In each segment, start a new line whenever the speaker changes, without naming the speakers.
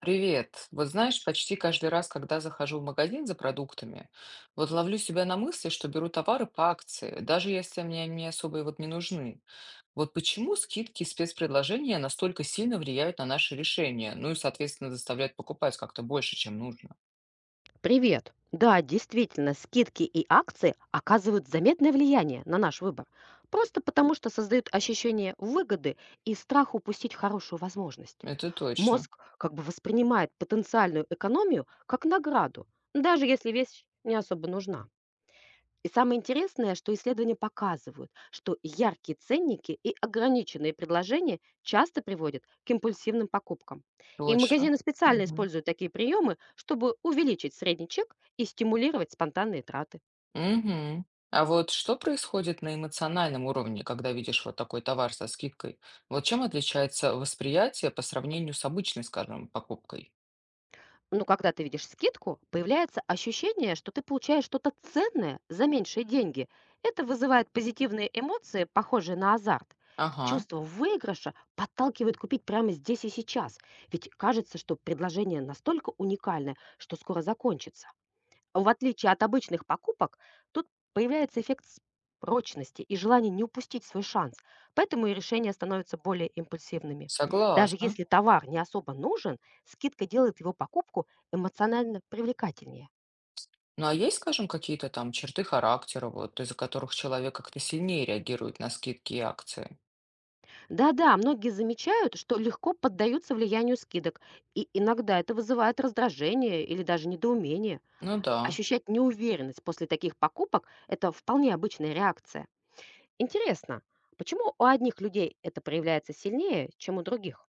Привет. Вот знаешь, почти каждый раз, когда захожу в магазин за продуктами, вот ловлю себя на мысли, что беру товары по акции, даже если мне они особо и вот не нужны. Вот почему скидки и спецпредложения настолько сильно влияют на наши решения, ну и, соответственно, заставляют покупать как-то больше, чем нужно.
Привет. Да, действительно, скидки и акции оказывают заметное влияние на наш выбор. Просто потому, что создают ощущение выгоды и страх упустить хорошую возможность.
Это точно.
Мозг как бы воспринимает потенциальную экономию как награду, даже если вещь не особо нужна. И самое интересное, что исследования показывают, что яркие ценники и ограниченные предложения часто приводят к импульсивным покупкам. И
Точно.
магазины специально
Мгм.
используют такие приемы, чтобы увеличить средний чек и стимулировать спонтанные траты.
Мгм. А вот что происходит на эмоциональном уровне, когда видишь вот такой товар со скидкой? Вот чем отличается восприятие по сравнению с обычной, скажем, покупкой?
Ну, когда ты видишь скидку, появляется ощущение, что ты получаешь что-то ценное за меньшие деньги. Это вызывает позитивные эмоции, похожие на азарт.
Ага,
Чувство выигрыша подталкивает купить прямо здесь и сейчас, ведь кажется, что предложение настолько уникальное, что скоро закончится. В отличие от обычных покупок, тут появляется эффект с- прочности и желание не упустить свой шанс, поэтому и решения становятся более импульсивными. Даже
согласна.
если товар не особо нужен, скидка делает его покупку эмоционально привлекательнее.
Ну а есть, скажем, какие-то там черты характера, вот из-за которых человек как-то сильнее реагирует на скидки и акции?
Да-да, многие замечают, что легко поддаются влиянию скидок, и иногда это вызывает раздражение или даже недоумение.
Ну да.
Ощущать неуверенность после таких покупок – это вполне обычная реакция. Интересно, почему у одних людей это проявляется сильнее, чем у других?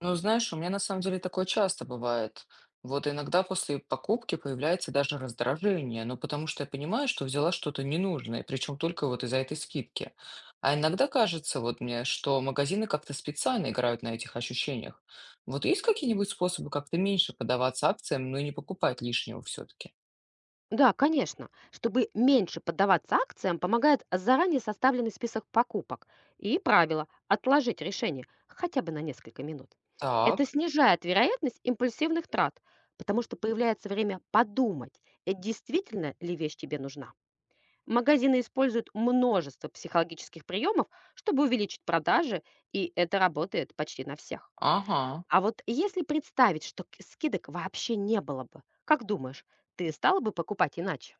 Ну знаешь, у меня на самом деле такое часто бывает. Вот иногда после покупки появляется даже раздражение, ну потому что я понимаю, что взяла что-то ненужное, причем только вот из-за этой скидки. А иногда кажется вот мне, что магазины как-то специально играют на этих ощущениях. Вот есть какие-нибудь способы как-то меньше поддаваться акциям, но и не покупать лишнего все-таки?
Да, конечно. Чтобы меньше поддаваться акциям, помогает заранее составленный список покупок и правило отложить решение хотя бы на несколько минут. Это
Так.
снижает вероятность импульсивных трат, потому что появляется время подумать, действительно ли вещь тебе нужна. Магазины используют множество психологических приемов, чтобы увеличить продажи, и это работает почти на всех.
Ага.
А вот если представить, что к- скидок вообще не было бы, как думаешь, ты стала бы покупать иначе?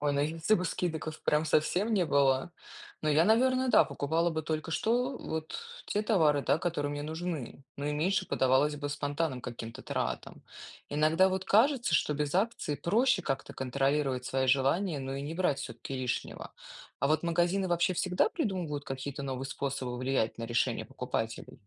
Ой, ну если бы скидок прям совсем не было, ну я, наверное, да, покупала бы только что вот те товары, да, которые мне нужны. Ну и меньше подавалось бы спонтанным каким-то тратам. Иногда вот кажется, что без акций проще как-то контролировать свои желания, ну и не брать все-таки лишнего. А вот магазины вообще всегда придумывают какие-то новые способы влиять на решение покупателей.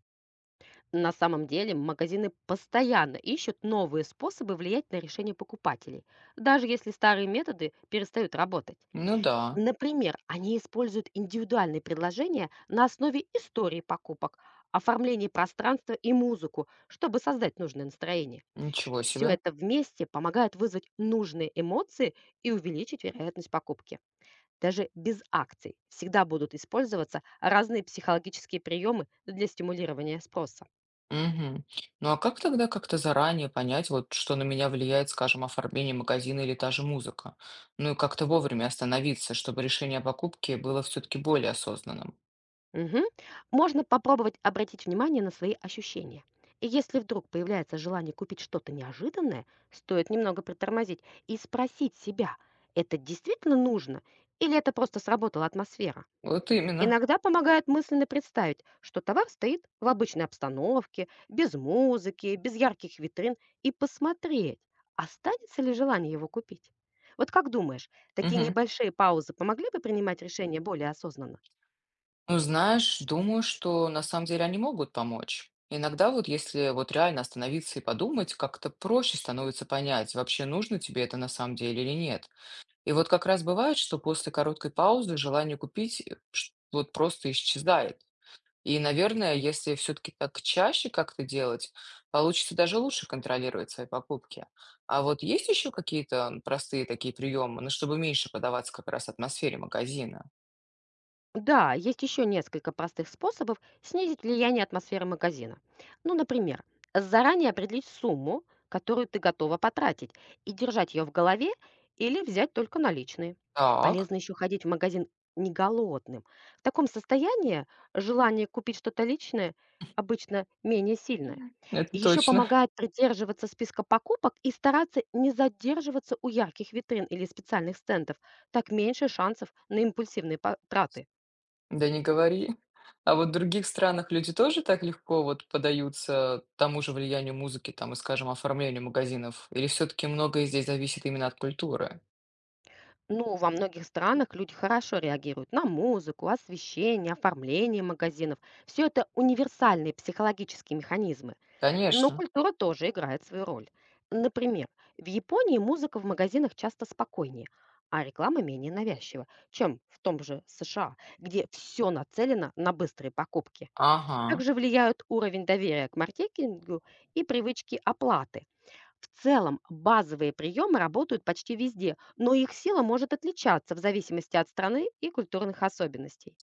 На самом деле магазины постоянно ищут новые способы влиять на решение покупателей, даже если старые методы перестают работать.
Ну да,
Например, они используют индивидуальные предложения на основе истории покупок, оформление пространства и музыку, чтобы создать нужное настроение.
ничего
Все
себе.
это вместе помогает вызвать нужные эмоции и увеличить вероятность покупки. Даже без акций всегда будут использоваться разные психологические приемы для стимулирования спроса.
Мгм. Ну а как тогда как-то заранее понять, вот что на меня влияет, скажем, оформление магазина или та же музыка? Ну и как-то вовремя остановиться, чтобы решение о покупке было все-таки более осознанным.
Мгм. Можно попробовать обратить внимание на свои ощущения. И если вдруг появляется желание купить что-то неожиданное, стоит немного притормозить и спросить себя, это действительно нужно или это просто сработала атмосфера?
Вот именно.
Иногда помогает мысленно представить, что товар стоит в обычной обстановке, без музыки, без ярких витрин, и посмотреть, останется ли желание его купить. Вот как думаешь, такие
Мгм.
небольшие паузы помогли бы принимать решение более осознанно?
Ну, знаешь, думаю, что на самом деле они могут помочь. Иногда вот если вот реально остановиться и подумать, как-то проще становится понять, вообще нужно тебе это на самом деле или нет. И вот как раз бывает, что после короткой паузы желание купить вот просто исчезает. И, наверное, если все-таки так чаще как-то делать, получится даже лучше контролировать свои покупки. А вот есть еще какие-то простые такие приемы, ну, чтобы меньше подаваться как раз атмосфере магазина?
Да, есть еще несколько простых способов снизить влияние атмосферы магазина. Ну, например, заранее определить сумму, которую ты готова потратить, и держать ее в голове или взять только наличные.
Так,
Полезно еще ходить в магазин не голодным. В таком состоянии желание купить что-то личное обычно менее сильное.
это
Еще
точно.
помогает придерживаться списка покупок и стараться не задерживаться у ярких витрин или специальных стендов. Так меньше шансов на импульсивные по- траты.
Да не говори. А вот в других странах люди тоже так легко вот подаются тому же влиянию музыки, там, и, скажем, оформлению магазинов? Или все-таки многое здесь зависит именно от культуры?
Ну, во многих странах люди хорошо реагируют на музыку, освещение, оформление магазинов. Все это универсальные психологические механизмы. Но
Конечно.
культура тоже играет свою роль. Например, в Японии музыка в магазинах часто спокойнее, а реклама менее навязчива, чем в том же США, где все нацелено на быстрые покупки.
Ага.
Также влияют уровень доверия к маркетингу и привычки оплаты. В целом, базовые приемы работают почти везде, но их сила может отличаться в зависимости от страны и культурных особенностей.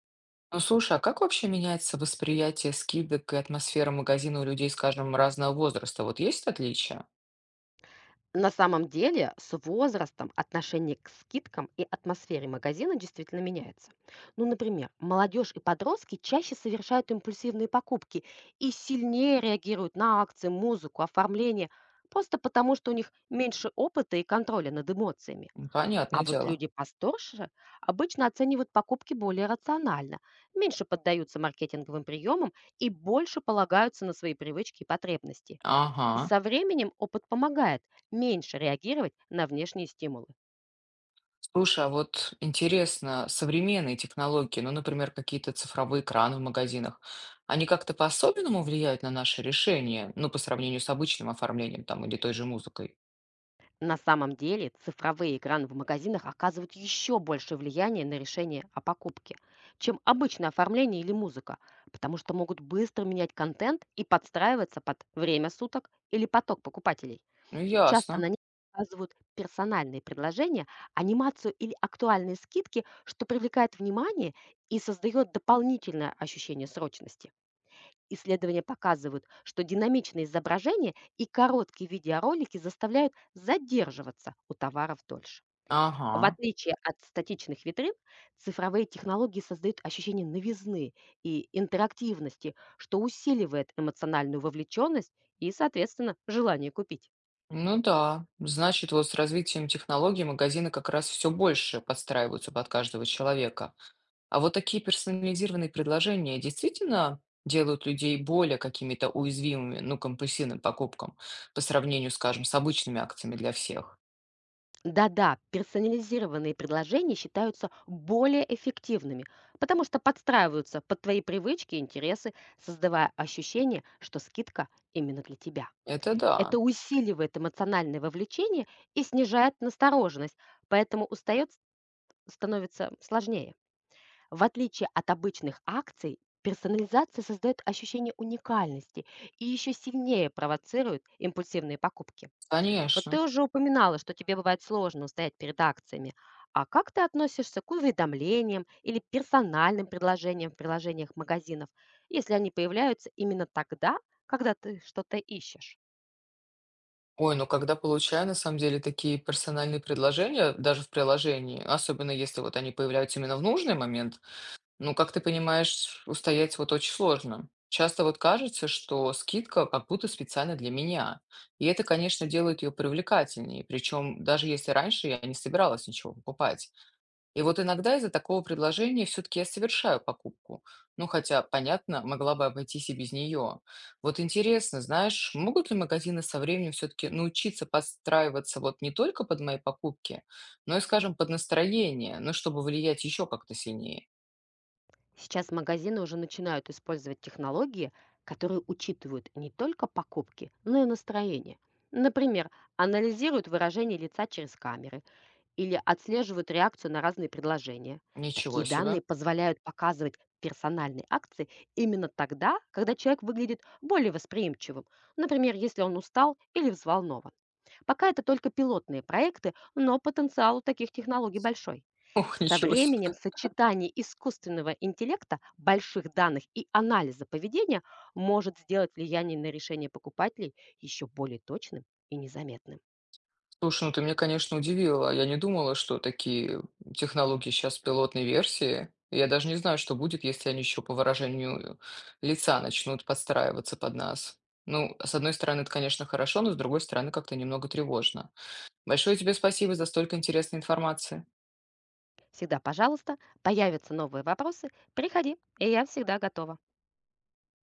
Ну слушай, а как вообще меняется восприятие скидок и атмосфера магазина у людей, скажем, разного возраста? Вот есть отличия?
На самом деле, с возрастом отношение к скидкам и атмосфере магазина действительно меняется. Ну, например, молодежь и подростки чаще совершают импульсивные покупки и сильнее реагируют на акции, музыку, оформление, просто потому что у них меньше опыта и контроля над эмоциями.
М,
А
понятное
вот
дело.
люди посторше обычно оценивают покупки более рационально, меньше поддаются маркетинговым приемам и больше полагаются на свои привычки и потребности.
Ага.
И со временем опыт помогает меньше реагировать на внешние стимулы.
Слушай, а вот интересно, современные технологии, ну, например, какие-то цифровые экраны в магазинах, они как-то по-особенному влияют на наши решения, ну, по сравнению с обычным оформлением там или той же музыкой?
На самом деле цифровые экраны в магазинах оказывают еще большее влияние на решение о покупке, чем обычное оформление или музыка, потому что могут быстро менять контент и подстраиваться под время суток или поток покупателей.
Ну,
Часто
ясно.
на них показывают персональные предложения, анимацию или актуальные скидки, что привлекает внимание и создает дополнительное ощущение срочности. Исследования показывают, что динамичные изображения и короткие видеоролики заставляют задерживаться у товаров дольше. В
Ага.
отличие от статичных витрин, цифровые технологии создают ощущение новизны и интерактивности, что усиливает эмоциональную вовлеченность и, соответственно, желание купить.
Ну да, значит, вот с развитием технологий магазины как раз все больше подстраиваются под каждого человека. А вот такие персонализированные предложения действительно делают людей более какими-то уязвимыми, ну, компульсивным покупкам по сравнению, скажем, с обычными акциями для всех?
Да-да, персонализированные предложения считаются более эффективными, потому что подстраиваются под твои привычки и интересы, создавая ощущение, что скидка именно для тебя.
Это
Это
да,
усиливает эмоциональное вовлечение и снижает настороженность, поэтому устает становится сложнее. В отличие от обычных акций, персонализация создает ощущение уникальности и еще сильнее провоцирует импульсивные покупки. Вот ты
конечно.
уже упоминала, что тебе бывает сложно устоять перед акциями. А как ты относишься к уведомлениям или персональным предложениям в приложениях магазинов, если они появляются именно тогда, когда ты что-то ищешь?
Ой, ну когда получаю на самом деле такие персональные предложения, даже в приложении, особенно если вот они появляются именно в нужный момент, ну, как ты понимаешь, устоять вот очень сложно. Часто вот кажется, что скидка как будто специально для меня. И это, конечно, делает ее привлекательнее. Причем даже если раньше я не собиралась ничего покупать. И вот иногда из-за такого предложения все-таки я совершаю покупку. Ну, хотя, понятно, могла бы обойтись и без нее. Вот интересно, знаешь, могут ли магазины со временем все-таки научиться подстраиваться вот не только под мои покупки, но и, скажем, под настроение, ну, чтобы влиять еще как-то сильнее?
Сейчас магазины уже начинают использовать технологии, которые учитывают не только покупки, но и настроение. Например, анализируют выражение лица через камеры, или отслеживают реакцию на разные предложения.
Ничего
Такие данные
себе.
позволяют показывать персональные акции именно тогда, когда человек выглядит более восприимчивым, например, если он устал или взволнован. Пока это только пилотные проекты, но потенциал у таких технологий большой.
Ох,
Со
ничего
временем
себе.
сочетание искусственного интеллекта, больших данных и анализа поведения может сделать влияние на решение покупателей еще более точным и незаметным.
Слушай, ну ты меня, конечно, удивила. Я не думала, что такие технологии сейчас в пилотной версии. Я даже не знаю, что будет, если они еще по выражению лица начнут подстраиваться под нас. Ну, с одной стороны, это, конечно, хорошо, но с другой стороны, как-то немного тревожно. Большое тебе спасибо за столько интересной информации.
Всегда пожалуйста, появятся новые вопросы, приходи, и я всегда готова.